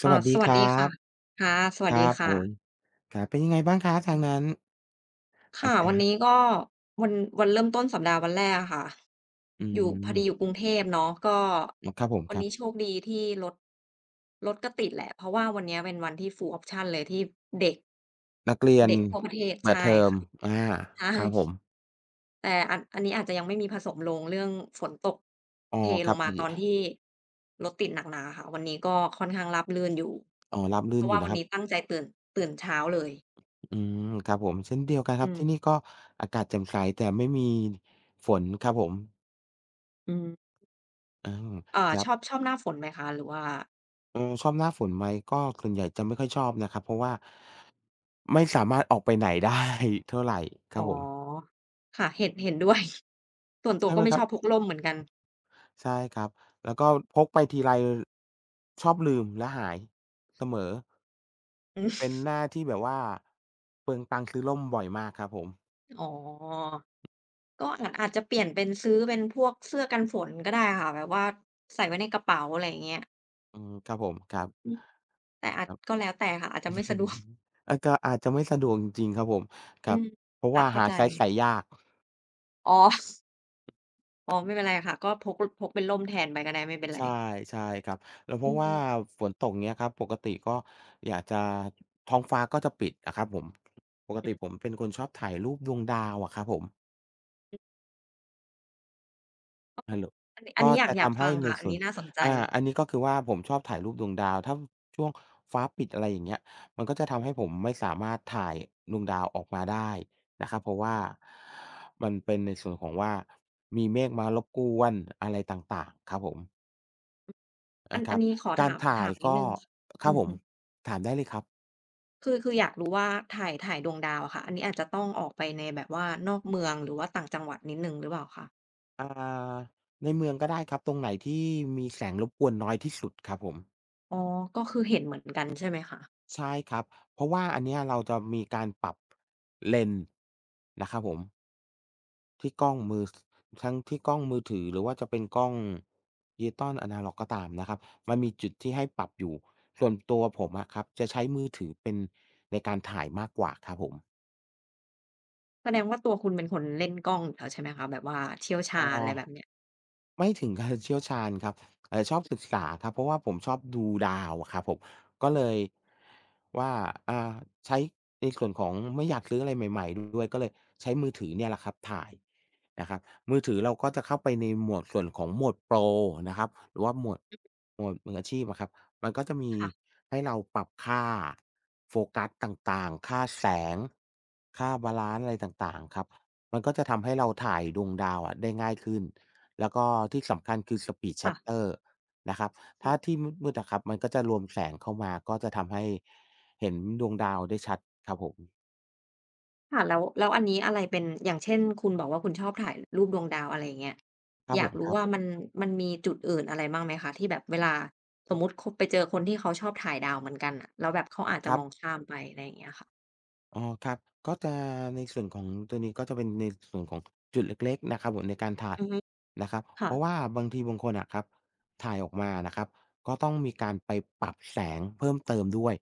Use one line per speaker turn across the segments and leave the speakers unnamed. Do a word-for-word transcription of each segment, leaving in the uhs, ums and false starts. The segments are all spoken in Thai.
ส
อ่า
วัส
ส
ดี
วั
ค
สดี
รั
ค่ะ
บ
ค่ะสวั
ค
สดี
รับผม
ค่ะ
ครับเป็นยังไงบ้างครับทางนั้นอา
ค่ะวั
กา
น
ศ
นี้ก็วันวันเริ่มต้นสัปดาห์วันแรกอะค่ะ
อื
อยู่พอดีอยู่ก
ม
รุงเทพเนาะก็
อ๋อครับผม
วัน
ครั
นี้โช
บ
คดีที่รถรถก็ติดแหละเพราะว่าวันเนี้ยเป็นวันที่ full option เลยที่เด็ก
นักเรียน
เด็กทั่วประเทศ
เปิด
ใช่
เทอม
ค่ะ
อา
ใช่
ครับผม
แต่อันอันนี้อาจจะยังไม่มีผสมลงเรื่องฝนตก
อ๋อ
เท
ค
ล
รั
ง
บ
มา
ดี
ตอนที่รถติดหนักหนาค่ะวันนี้ก็ค่อนข้างราบรื่นอยู่
อ๋อราบ
เพ
รื่น
ราะ
อ
ว่า
ยู่
วั
นะ
น
ครับ
นี้ตั้งใจตื่นตื่นเช้าเลย
อืมครับผมเช่นเดียวกันค
อื
รับ
ม
ที่นี่ก็อากาศแจ่มใสแต่ไม่มีฝนครับผม
อืม
อา
อ่า
ครั
ช
บ
อบชอบหน้าฝนไหมคะหรือว่า
เออชอบหน้าฝนไหมก็ส่วนใหญ่จะไม่ค่อยชอบนะครับเพราะว่าไม่สามารถออกไปไหน ได้เท่าไรค
อ๋
รั
อ
บผม
ค่ะเห็นเห็นด้วย ส่วนตัว
ใช่
ก็
ไหม
ไม่
ค
ช
รับ
อบพกร่มเหมือนกัน
ใช่ครับ แล้วก็พกไปทีไรชอบลืมและหายเสมอ
อืม
เป็นหน้าที่แบบว่าเปลืองตังค์ซื้อร่มบ่อยมากครับผม
อ๋อก็อาจอาจจะเปลี่ยนเป็นซื้อเป็นพวกเสื้อกันฝนก็ได้ค่ะแบบว่าใส่ไว้ในกระเป๋าอะไรอย่างเงี้ย
อืมครับผมครับ
อืมแต่อา
ค
จ
รั
ก็
บ
แล้วแต่ค่ะอาจจะไม่สะดวก
อาก็อาจจะไม่สะดวกจริงๆครับผมค
อื
รับ
ม
เพราะ
ค่ะ
ว่า
เข้า
หา
ใจ
ไซซ์ใส่ยาก
อ๋อ อ๋อไม่เป็นไรค่ะก็พกพกเป็นร่มแทนไปก็ได้ไม่เป็นไร
ใช่ใช่ครับแล้วเพ
อื
ราะว่า
ม
ฝนตกเงี้ยครับ ปกติก็อยากจะท้องฟ้าก็จะปิดอะครับผมปกติ
อื
ผ
ม
มเป็นคนชอบถ่ายรูปดวงดาวอะครับผม ฮัลโหล
อันนี้อัน
ก็
นี้อยาก
จะ
อยาก
ทำ
ฟั
ให้
ง
ใน
ค่ะอัน
ส่วน
นี้น่าสนใจ
อ่าอันนี้ก็คือว่าผมชอบถ่ายรูปดวงดาวถ้าช่วงฟ้าปิดอะไรอย่างเงี้ยมันก็จะทำให้ผมไม่สามารถถ่ายดวงดาวออกมาได้นะครับเพราะว่ามันเป็นในส่วนของว่ามีเมฆมารบกวนอะไรต่างๆครับผม
อัน
นะค
อั
รั
น
บ
นี้ขอ
การ
ถาม
ถ่า
ถา
ย
มนิด
ก็
หนึ่ง
ครั
อื
บ
อ
ผม
ฮึ
ถามได้เลยครับ
คือคืออยากรู้ว่าถ่ายถ่ายดวงดาวอะค่ะอันนี้อาจจะต้องออกไปในแบบว่านอกเมืองหรือว่าต่างจังหวัดนิดหนึ่งหรือเปล่าคะ
อ่าในเมืองก็ได้ครับ ตรงไหนที่มีแสงรบกวนน้อยที่สุดครับผม
อ๋อก็คือเห็นเหมือนกันใช่ไหมคะ
ใช่ครับ เพราะว่าอันเนี้ยเราจะมีการปรับเลนส์นะครับผมที่กล้องมือสทั้งที่กล้องมือถือหรือว่าจะเป็นกล้องดิจิทัลอนาล็อกก็ตามนะครับมันมีจุดที่ให้ปรับอยู่ส่วนตัวผมอะครับจะใช้มือถือเป็นในการถ่ายมากกว่าครับผม
แสดงว่าตัวคุณเป็นคนเล่นกล้องอยู่แล้วใช่ไหมคะแบบว่าเชี่ยว
อ๋อ
ชาญอะไรแบบเนี้ย
ไม่ถึงกับ เชี่ยวชาญครับเอ่อชอบศึกษาครับเพราะว่าผมชอบดูดาวอะครับผมก็เลยว่าอ่าใช้ในส่วนของไม่อยากซื้ออะไรใหม่ๆด้วยก็เลยใช้มือถือเนี่ยแหละครับถ่ายนะครับมือถือเราก็จะเข้าไปในหมวดส่วนของหมวดโปรนะครับหรือว่าหมวดหมวดมืออาชีพอะครับมันก็จะมี
ค่ะ
ให้เราปรับค่าโฟกัสต่างๆค่าแสงค่าบาลานซ์อะไรต่างๆครับมันก็จะทำให้เราถ่ายดวงดาวอะได้ง่ายขึ้น แล้วก็ที่สำคัญคือ Speed
ค่ะ
Shutter นะครับ
อือ
ถ้าที่มืดๆอะครับมันก็จะรวมแสงเข้ามาก็จะทำให้เห็นดวงดาวได้ชัดครับผม
ค่ะแล้วแล้วอันนี้อะไรเป็นอย่างเช่นคุณบอกว่าคุณชอบถ่ายรูปดวงดาวอะไรอย่างเงี้ย
ครั
อ
บผ
ยาก
มค
รู้
รั
ว่า
บ
มันมันมีจุดอื่นอะไรบ้างไหมคะที่แบบเวลาสมมุติคบไปเจอคนที่เขาชอบถ่ายดาวเหมือนกันน่ะแล้วแบบเขาอาจ
ค
จะ
รั
มอง
บ
ข้ามไปอะไรอย่างเงี้ยค่ะ
อ๋อครับก็จะในส่วนของตัวนี้ก็จะเป็นในส่วนของจุดเล็กๆนะครับผมในการถ่าย
อือฮึ
นะครับเพ
ค่ะ
ราะว่าบางทีบางคนอะครับถ่ายออกมานะครับก็ต้องมีการไปปรับแสงเพิ่มเติมด้วย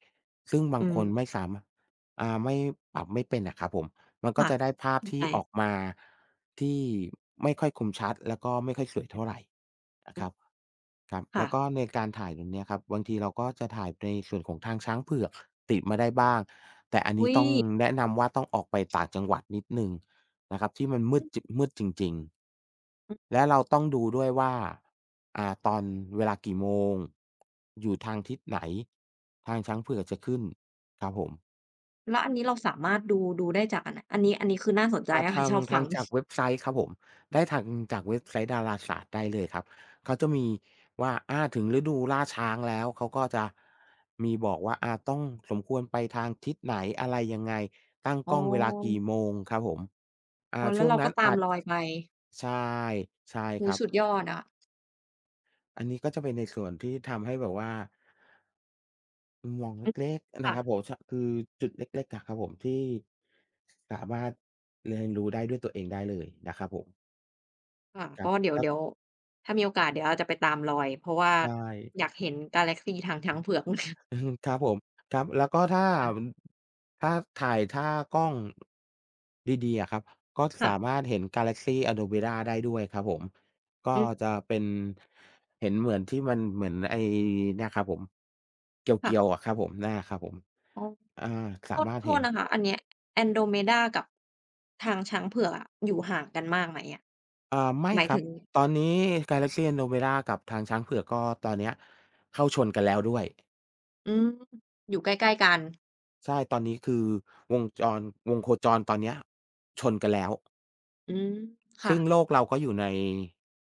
ซึ่งบาง
อื
ค
ม
นไม่สามารถอ่าไม่ปรับไม่เป็นอะครับผม มันก็
ค่ะ
จะได้ภาพ
เข้าใจ
ที่ออกมาที่ไม่ค่อยคมชัดแล้วก็ไม่ค่อยสวยเท่าไรนะครับครับ
ค่ะ
แล้วก็ในการถ่ายตรงเนี้ยครับบางทีเราก็จะถ่ายในส่วนของทางช้างเผือกติดมาได้บ้างแต่อันนี้
อุ๊ย
ต้องแนะนำว่าต้องออกไปต่างจังหวัดนิดหนึ่งนะครับที่มันมื
อื
ดจมืดจริง
อ
ๆและเราต้องดูด้วยว่าอ่าตอนเวลากี่โมงอยู่ทางทิศไหนทางช้างเผือกจะขึ้นครับผม
แล้วอันนี้เราสามารถดูดูได้จากอันไหนอันนี้อันนี้คือน่าสนใจ
อ่า
อะค่ะ
ทา ง
ชอบ
ทา
ฟั
ง
ง
จากเว็บไซต์ครับผมได้ทางจากเว็บไซต์ดาราศาสตร์ได้เลยครับเขาจะมีว่าอาถึงฤดูล่าช้างแล้วเขาก็จะมีบอกว่าอาต้องสมควรไปทางทิศไหนอะไรยังไงตั้ง
อ๋
กล้องเวลากี่
อ
โมงครับผม
อ๋อ
อ่า
แล้ว
ช่วง
เราก็
นั้น
ตาม
อาจ
รอยไป
ใช่ใช่ค
โอ้โฮ
รับ
สุดยอดอะ
อันนี้ก็จะเป็นในส่วนที่ทำให้แบบว่ามุมมองเ
อือฮึ
ล็กๆนะ
ค่ะ
ครับผมชคือจุดเล็กๆอะครับผมที่สามารถเรียนรู้ได้ด้วยตัวเองได้เลยนะครับผม
ค่ะ
ครับ
ก็เดี๋ยว
แล้ว
เดี๋ยวถ้ามีโอกาสเดี๋ยวอาจจะไปตามรอยเพราะว่า
ใช่
อยาก เห็นกาแล็กซีทางช้างเผือก
อือครับผมครับแล้วก็ถ้าอืมถ้าถ่ายถ้ากล้องดีๆอะครับก็
ค่ะ
สามารถเห็น Galaxy Anovera ได้ด้วยครับผมก็
อืม
จะเป็นเห็นเหมือนที่มันเหมือนไอ้เนี่ยครับผมเกียวๆ
ค่ะ
อะครับผมหน้าครับผม
อ๋อ
อา
โท
สา
ษ
มารถ
โท
เห็
ษ
น
นะคะอันเนี้ย Andromeda กับทางช้างเผือกอะอยู่ห่างกันมากไหมอะ
อ่าไม่
หมาย
ครั
ถึ
บ
ง
ตอนนี้ Galaxy Anovera กับทางช้างเผือกก็ตอนเนี้ยเข้าชนกันแล้วด้วย
อืมอยู่ใกล้ๆกัน
ใช่ตอนนี้คือวงจรวงโคจรตอนเนี้ยชนกันแล้ว
อืม
ซึ่งโล
ค่ะ
กเราก็อยู่ใน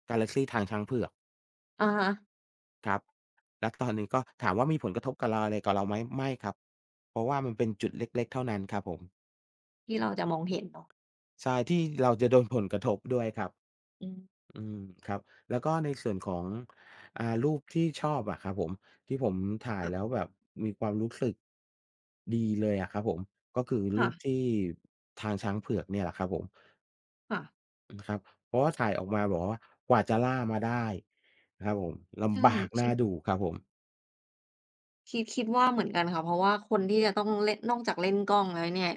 กาแล็กซีทางช้างเผือก
อะฮะ
ครับ แล้วตอนนี้ก็ถามว่ามีผลกระทบกับเราอะไรกับเราไหมไม่ครับเพราะว่ามันเป็นจุดเล็กๆ เท่านั้นครับผม
ที่เราจะมองเห็นเนาะ
ใช่ที่เราจะโดนผลกระทบด้วยครับ
อืม
อืมครับ แล้วก็ในส่วนของอ่ารูปที่ชอบอะครับผมที่ผมถ่าย
ค่ะ
แล้วแบบมีความรู้สึกดีเลยอะครับผมก็คือรูป
ค่ะ
ที่ทางช้างเผือกเนี่ยแหละครับผม
ค่ะ
นะครับเพราะว่าถ่ายออกมาบอกว่ากว่าจะล่ามาได้นะครับผม
ใช่
ลำบาก
คิ
น่า
ด
ดูครับผม
คิดคิดว่าเหมือนกันค่ะเพราะว่าคนที่จะต้องเล่นนอกจากเล่นกล้องแล้วเนี่ย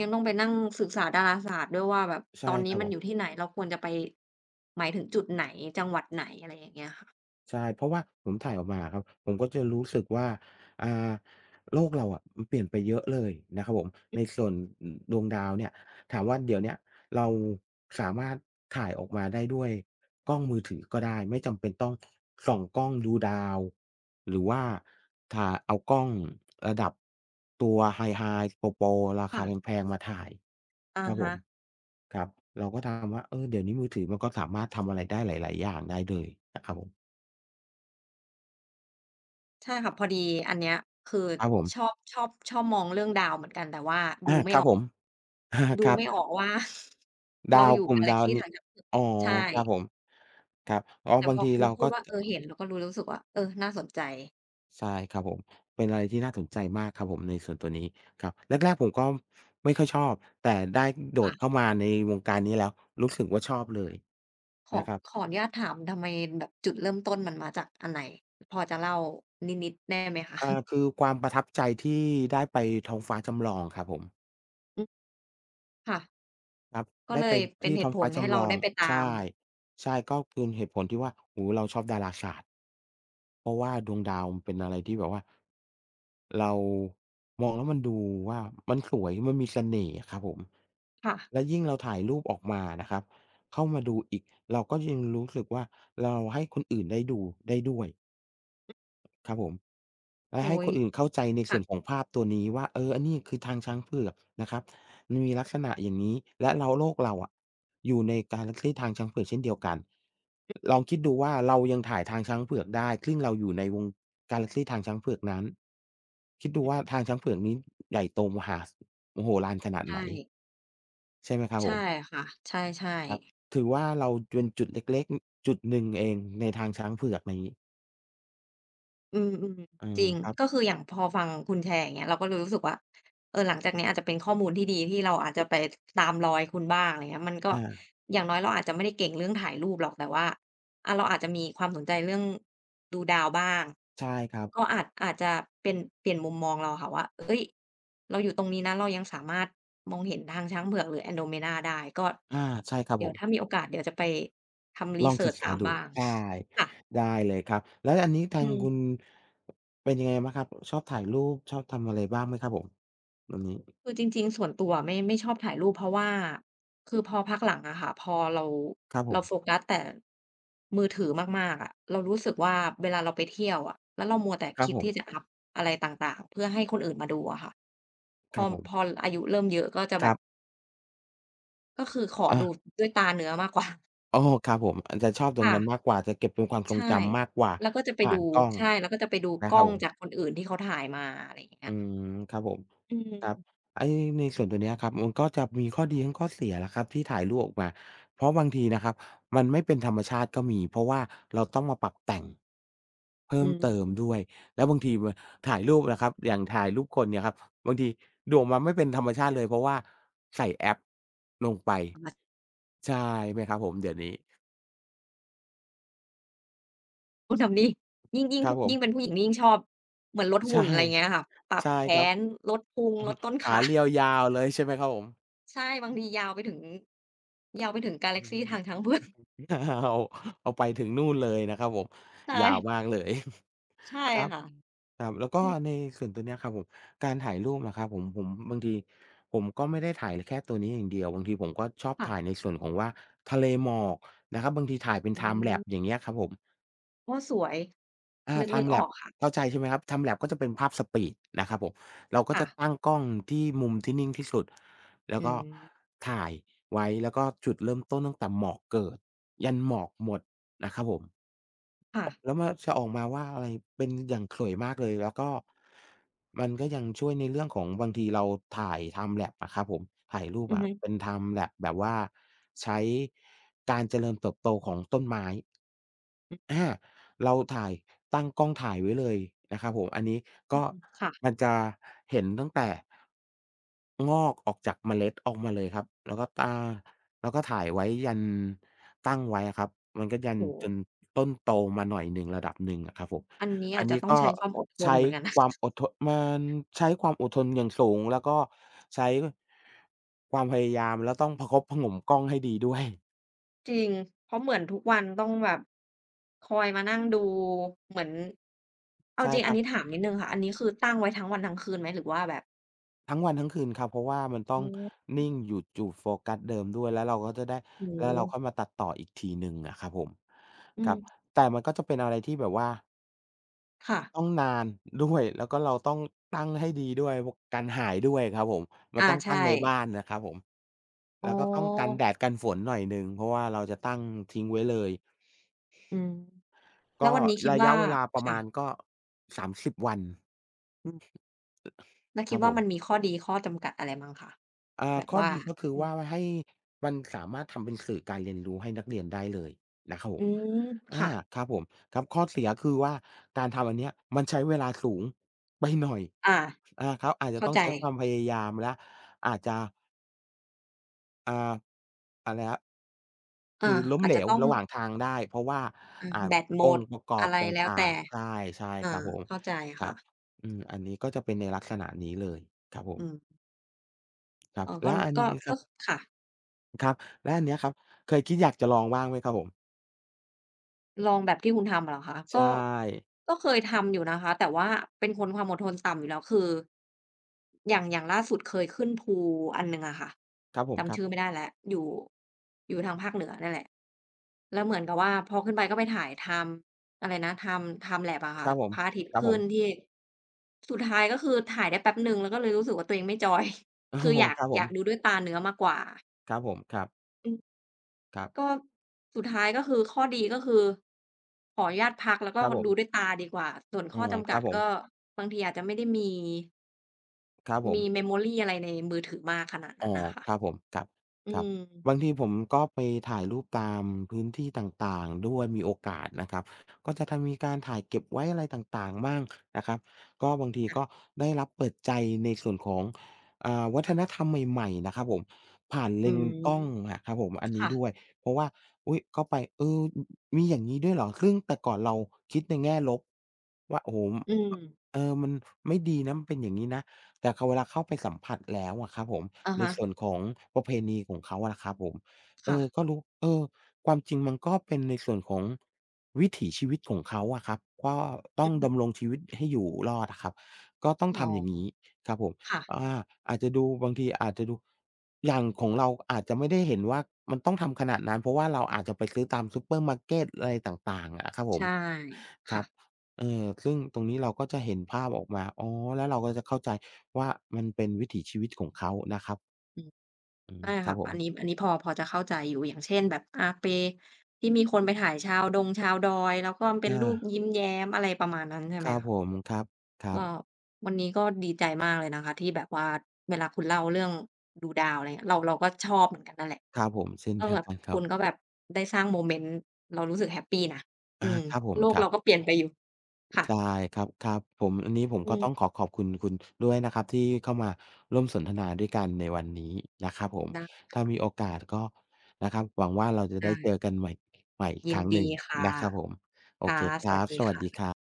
ยังต้องไปนั่งศึกษาดาราศาสตร์ด้วยว่าแบบ
ใช่
ตอน
ค
นี้
รับ
มั
ผ
นอ
ม
ยู่ที่ไหนเราควรจะไปหมายถึงจุดไหนจังหวัดไหนอะไรอย่างเงี้ยค่ะ
ใช่เพราะว่าผมถ่ายออกมาอะครับผมก็จะรู้สึกว่าอ่าโลกเราอะมันเปลี่ยนไปเยอะเลยนะครับผมในส่วนอือดวงดาวเนี่ยถามว่าเดี๋ยวเนี้ยเราสามารถถ่ายออกมาได้ด้วยกล้องมือถือก็ได้ไม่จำเป็นต้องส่องกล้องดูดาวหรือว่าถ่าเอากล้องระดับตัว High-Hi โปรๆราคา
ค่ะ
แพงๆมาถ่ายค
อะ
รับผ
ฮะ
มครับเราก็ทำว่าเออเดี๋ยวนี้มือถือมันก็สามารถทำอะไรได้หลายๆอย่างได้เลยนะครับผม
ใช่ค่ะพอดีอันเนี้ยคือ
ครับผ
ชอบ
ม
ชอบชอบมองเรื่องดาวเหมือนกันแต่ว่าดู
อา
ไม่
ค
อ
รับ
อ
ผม
ก
อา
ดู
ครับ
ไม่ออกว่า เรา
ดาว
อยู่
กลุ่ม
กาแล็ก
ดาว
ซีไหน
นี้อ๋อ
ใช่
ครับผมครับอ๋อ
แต่
บา
พ
ง
อ
ที
คุณ
เรา
พูด
ก็
ว่า
จ
เออเห็นแล้วก็รู้รู้สึกว่าเออน่าสนใจ
ใช่ครับผมเป็นอะไรที่น่าสนใจมากครับผมในส่วนตัวนี้ครับแรกๆผมก็ไม่ค่อยชอบแต่ได้โดดเข้า
ค่ะ
มาในวงการนี้แล้วรู้สึกว่าชอบเลย
ขอ
นะครับ
ขออนุญาตถามทำไมแบบจุดเริ่มต้นมันมาจากอันไหนพอจะเล่านิดๆได้ไหมคะ
อ่าคือความประทับใจที่ได้ไปท้องฟ้าจำลองครับผม
อืม ค่ะ
ครับ
ก็
ได้
เล
ไป
ยเป็น
ที่
เห
ท้อ
ตุ
ง
ผ
ฟ้า
ลให้
จำล
เรา
อง
ได้ไปตาม
ใช่ใช่ก็คือเหตุผลที่ว่าโอ้โฮเราชอบดาราศาสตร์เพราะว่าดวงดาวมันเป็นอะไรที่แบบว่าเรามองแล้วมันดูว่ามันสวยมันมีเสน่ห์อะครับผม
ค่ะ
และยิ่งเราถ่ายรูปออกมานะครับเข้ามาดูอีกเราก็ยังรู้สึกว่าเราให้คนอื่นได้ดูได้ด้วย ครับผมและให้
โอ๊
ค
ย
นอื่นเข้าใจในส่
ค่ะ
วนของภาพตัวนี้ว่าเอออันนี้คือทางช้างเผือกนะครับมันมีลักษณะอย่างนี้และเราโลกเราอะอยู่ในการละที่ทางช้างเผือกเช่นเดียวกันล
อื
องคิด
ม
ดูว่าเรายังถ่ายทางช้างเผือกได้ซึ่งเราอยู่ในวงกาแล็กซีทางช้างเผือกนั้นคิดดูว่าทางช้างเผือกนี้ใหญ่โตมหามโหฬารขนาดไหน
ใช่
ใช่ไหมครับผ
ใช่
ม
ค่ะใช่
ครับ
ๆ
ถือว่าเราเป็นจุดเล็กๆจุดหนึ่งเองในทางช้างเผือกนี้
อืมอืม
เอ
จ
อ
ริง
ครับ
ก็คืออย่างพอฟังคุณแชร์อย่างเงี้ยเราก็เลยรู้สึกว่าเออหลังจากเนี้ยอาจจะเป็นข้อมูลที่ดีที่เราอาจจะไปตามรอยคุณบ้างอะไรเงี้ยมันก็
อา
อย่างน้อยเราอาจจะไม่ได้เก่งเรื่องถ่ายรูปหรอกแต่ว่าอ่าเราอาจจะมีความสนใจเรื่องดูดาวบ้าง
ใช่ครับ
ก็อาจอาจจะเป็นเปลี่ยนมุมมองเราอะค่ะว่าเฮ้ยเราอยู่ตรงนี้นะเรายังสามารถมองเห็นทางช้างเผือกหรือ Andromeda ได้ก็
อาใช่ครับ
เดี๋
ผ
ยว
ม
ถ้ามีโอกาสเดี๋ยวจะไปทำ
ล
รี
อง
เ e a ร์
ศึ
ช
กษา
ตาม
ดู
บ้าง
ใช่
ค่ะ
ได้เลยครับแล้วอันนี้ทา
อื
ง
ม
คุณเป็นยังไงบ้างครับชอบถ่ายรูปชอบทำอะไรบ้างไหมครับผมวันนี้
คือจริงๆส่วนตัวไม่ไม่ชอบถ่ายรูปเพราะว่าคือพอพักหลังอะค่ะพอเรา
ครับผ
เรา
ม
โฟกัสแต่มือถือมากๆอะเรารู้สึกว่าเวลาเราไปเที่ยวอะแล้วเรามัวแต่
ครับ
คิด
ผม
ที่จะอัปอะไรต่างๆเพื่อให้คนอื่นมาดูอะค่ะพ
ค
อ
รับผ
พอ
ม
อายุเริ่มเยอะก็จะ
ค
แบ
รั
บ
บ
ก็คือขอ
อา
ดูด้วยตาเนื้อมากกว่า
โอ้ครับผมอาจจะชอบตรง
ค่ะ
นั้นมากกว่าจะเก็บเป็นความทรง
ใช่
จำมากกว่า
แล้วก็จะไป
ผ่าน
ดู
กล้อง
ใช่แล้วก็จะไปดู
นะ
ก
ค
ล้
รั
อ
บ
ง
ผม
จากคนอื่นที่เขาถ่ายมาอะไรอย่างเงี้
อื
ย
มครับผม
อื
ครับ
ม
ไอ้ในส่วนตัวเนี้ยครับมันก็จะมีข้อดีทั้งข้อเสียแหละครับที่ถ่ายรูปออกมาเพราะบางทีนะครับมันไม่เป็นธรรมชาติก็มีเพราะว่าเราต้องมาปรับแต่งเพิ่
อื
ม
ม
เติมด้วยแล้วบางทีมันถ่ายรูปนะครับอย่างถ่ายรูปคนเนี่ยครับบางทีดูออกมาไม่เป็นธรรมชาติเลยเพราะว่าใส่แอปลงไปใช่ไหมครับผมเดี๋ยวนี้
คนทำนี้ยิ่งยิ่ง
ครับ
ผู้
ผม
ยิ่งเป็นผู้หญิงนี่ยิ่งชอบเหมือนลด
ใช่
หุ่นอะไรเงี้ยค่ะปรับ
ใช่
แข
ครับ
นลดพุง
อือ
ล
ฮึ
ดต้น
ขา
ขา
เรียวยาวเลยใช่ไหมครับผม
ใช่บางทียาวไปถึงยาวไปถึงกา
อื
แล็กซี
ม
ทางช้างเผือก
เอาเอาไปถึงนู่นเลยนะครับผม
ใช่
ยาวมากเลย
ใช่
ครับ
ค่ะ
ครับแล้ว
อ
ก็
อืม
ในส่วนตัวเนี้ยครับผมการถ่ายรูปนะครับผมผมบางทีผมก็ไม่ได้ถ่ายแค่ตัวนี้อย่างเดียวบางทีผมก็ชอบ
ค่ะ
ถ่ายในส่วนของว่าทะเลหมอกนะครับบางทีถ่ายเป็น
อื
ไ i m ์แล p อย่า
ม
งเงี้ยครับผม
ก็สวย
อา
นึกนึก
ทำ
อ
lap
อกค่ะ
เข้าใจใช่ไหมครับทำ lap ก็จะเป็นภาพสปีดนะครับผมเราก็
ค่ะ
จะตั้งกล้องที่มุมที่นิ่งที่สุดแล้
อื
วก็
ม
ถ่ายไว้แล้วก็จุดเริ่มต้นตั้งแต่หมอกเกิดยันหมอกหมดนะครับผม
ค่ะ
อแล้วมันจะออกมาว่าอะไรเป็นอย่างสวยมากเลยแล้วก็มันก็ยังช่วยในเรื่องของบางทีเราถ่ายทำ lap อะครับผมถ่ายรูป
อือ
แบบ
ฮึ
เป็นทำ lap แบบว่าใช้การเจริญเติบโตของต้นไม้
อือ
อาเราถ่ายตั้งกล้องถ่ายไว้เลยนะครับผมอันนี้
อื
ก็
มค่ะ
มันจะเห็นตั้งแต่งอกออกจากเมล็ดออกมาเลยครับแล้วก็ตาแล้วก็ถ่ายไว้ยันตั้งไว้อะครับมันก็ยัน
โอ้โฮ
จนต้นโตมาหน่อยหนึ่งระดับหนึ่งอะครับผม
อันนี้
อั
อา
น
จจะ
นี้
ต้อง
ก็
ใช้ความอดทน
ใช้
เหมือนกันนะ
ความอดทนมันใช้ความอดทนอย่างสูงแล้วก็ใช้ความพยายามแล้วต้องประคบประหงมกล้องให้ดีด้วย
จริงเพราะเหมือนทุกวันต้องแบบคอยมานั่งดูเหมือนเอา
ใช่
จริง
ค
อัน
รั
นี้
บ
ถามนิดหนึ่งค่ะอันนี้คือตั้งไว้ทั้งวันทั้งคืนไหมหรือว่าแบบ
ทั้งวันทั้งคืนครับเพราะว่ามันต้
อ๋
อง
อ
นิ่งหยุดอยู่โฟกัสเดิมด้วยแล้วเราก็จะได้
โอ้
แล้ว
โฮ
เราค่อยมาตัดต่ออีกทีหนึ่งอะครับผม
อื
ค
ม
รับแต่มันก็จะเป็นอะไรที่แบบว่า
ค่ะ
ต้องนานด้วยแล้วก็เราต้องตั้งให้ดีด้วยพวกกันหายด้วยครับผมมัน
อา
ต้อง
ใช่
ตั้งในบ้านนะครับผม
อ๋อ
แล้วก็ต้องกันแดดกันฝนหน่อยหนึ่งเพราะว่าเราจะตั้งทิ้งไว้เลย
อืมแล้ว
ก็
วันนี้คิด
ระ
ว่า
ยะเวลาประ
ค่ะ
มาณก็สามสิบวัน
อืมแล้ว
ค
คิ
รั
ด
บผ
ว่า
ม
มันมีข้อดีข้อจำกัดอะไรมั่งคะ
อ่า
แบบ
ข้อ
ว่า
ดีก็คือ
อืม
ว่าว่าให้มันสามารถทำเป็นสื่อการเรียนรู้ให้นักเรียนได้เลยนะครับผ
อื
ม
ม
อา
ค่ะ
ครับผมครับข้อเสียคือว่าการทำอันเนี้ยมันใช้เวลาสูงไปหน่อย
อา
อาครับอาจจะ
เข้า
ต้อง
ใจ
ใช้ความพยายามแล้วอาจจะอ่าอะไรครับ
อา
คือล้ม
อาจ
เหล
จะ
ว
ต้อง
ระหว่างทางได้เพราะว่า
อา
อ่า
แบตหม
อง
ด
ค์ประกอ
อะ
บ
ไร
ต
แล้ว
่าง
แต่
ๆใช่ใช่ครั
อา
บผม
เข้าใจ
ครั
ค่ะ
บอืมอันนี้ก็จะเป็นในลักษณะนี้เลยครับผ
อื
ม
ม
ครับ
อ๋อก็
และอัน
ก็
นี้ค
ก็
รับ
ค่ะ
ครับแล้วอันเนี้ยครับเคยคิดอยากจะลองบ้างไหมครับผม
ลองแบบที่คุณทำอะเหรอคะก็
ใช่
ก็เคยทำอยู่นะคะแต่ว่าเป็นคนความอดทนต่ำอยู่แล้วคืออย่างอย่างล่าสุดเคยขึ้นภูอันหนึ่งอะค่ะ
ครับผมค
จำ
รั
ชื่อไม่
บ
ได้แล้วอยู่อยู่ทางภาคเหนือนั่นแหละแล้วเหมือนกับว่าพอขึ้นไปก็ไปถ่าย time อะไรนะ time ไทม์แลปส์ อะ
ค
ค่ะ
รับผม
พระอาทิต
ค
ย์
รับผ
ขึ้
ม
น ที่สุดท้ายก็คือถ่ายได้แป๊บหนึ่งแล้วก็เลยรู้สึกว่าตัวเองไม่จอย
อ๋อ
คืออยาก
ครับผ
อยากดูด้
ม
วยตาเนื้อมากกว่า
ครับผมครับ
อืม
ครับ
ก็สุดท้ายก็คือข้อดีก็คือขออนุญาตพักแล้วก็
ครับครับผ
ดูด้วย
ม
ตาดีกว่าส่วน
อ๋อ
ข้อจำ
ค
กั
รั
ด
บผม
ก็บางทีอาจจะไม่ได้มี
ครับผม
มี เมมโมรี่ อะไรในมือถือมากขนาดนั้
อ๋
น
อ
น่ะค่ะ
ครับผมครับ
อื
ครับ
ม
บางทีผมก็ไปถ่ายรูปตามพื้นที่ต่างๆด้วยมีโอกาสนะครับก็จะทำมีการถ่ายเก็บไว้อะไรต่างๆบ้างนะครับก็บางทีก็
ค่ะ
ได้รับเปิดใจในส่วนของอ่าวัฒนธรรมใหม่ๆนะครับผมผ่านเล
อื
น
ม
ส์กล้องอะครับผมอันนี้
ค่ะ
ด้วยเพราะว่าอุ๊ยเข้าไปเอออมีอย่างงี้ด้วยเหรอซึ่งแต่ก่อนเราคิดในแง่ลบว่าโอ้โฮ
อืม
เออมันไม่ดีนะมันเป็นอย่างงี้นะ แต่เขาเวลาเข้าไปสัมผัสแล้วอะครับผม
อะ
ใน
ฮะ
ส่วนของประเพณีของเขาอะนะครับผมเอ
ค่ะ
อก็รู้เออความจริงมันก็เป็นในส่วนของวิถีชีวิตของเขาอะครับก็ต้
อื
อง
อฮึ
ดำรงชีวิตให้อยู่รอดอะครับก็ต้อง
อ๋
ทำอย่าง
อ
งี้ครับผมอา
ค่ะ
อาจจะดูบางทีอาจจะดูอย่างของเราอาจจะไม่ได้เห็นว่ามันต้องทำขนาดนั้นเพราะว่าเราอาจจะไปซื้อตามซูเปอร์มาร์เกตอะไรต่างๆอะครับผม
ใช่
ครั
ค่ะ
บ เออซึ่งตรงนี้เราก็จะเห็นภาพออกมาอ๋อแล้วเราก็จะเข้าใจว่ามันเป็นวิถีชีวิตของเขานะครับ
อืม
อืม
ใช่
ครับ
ค่ะ
ผ
อั
ม
นนี้อันนี้พอพอจะเข้าใจอยู่อย่างเช่นแบบอาเปที่มีคนไปถ่ายชาวดงชาวดอยแล้วก็เป็น
อา
รูปยิ้มแย้มอะไรประมาณนั้นใช่
ค
ไหม
รับ
คะ
ผมครับครับ
ก็วันนี้ก็ดีใจมากเลยนะคะที่แบบว่าเวลาคุณเล่าเรื่องดูดาวอะไรเงี้ยเราเราก็ชอบเหมือนกันนั่นแหละ
ครับผมเช่น
ก็
เดีย
แบ
ว
บ
กันครั
คุณก็
บ
แบบได้สร้างโมเมนต์เรารู้สึกแฮปปีนะอื
อา
ม
ครับผม
โลก
ครั
เราก็
บ
เปลี่ยนไปอยู่ค่ะ
ได้ครับครับผมอันนี้ผม
อื
ก็
ม
ต้องขอขอบคุณคุณด้วยนะครับที่เข้ามาร่วมสนทนาด้วยกันในวันนี้นะครับผม
ได้
ถ้า
ค่ะ
มีโอกาสก็นะครับ หวังว่าเราจะได้
ได้
เจอกันใหม่ใหม่อีก
ยิ
ค
น
รั้งห
ดี
นึ่ง
ค่ะ
นะครับผม
ค่ะสวัสดี
สวัสดีค
ค่ะ
รับ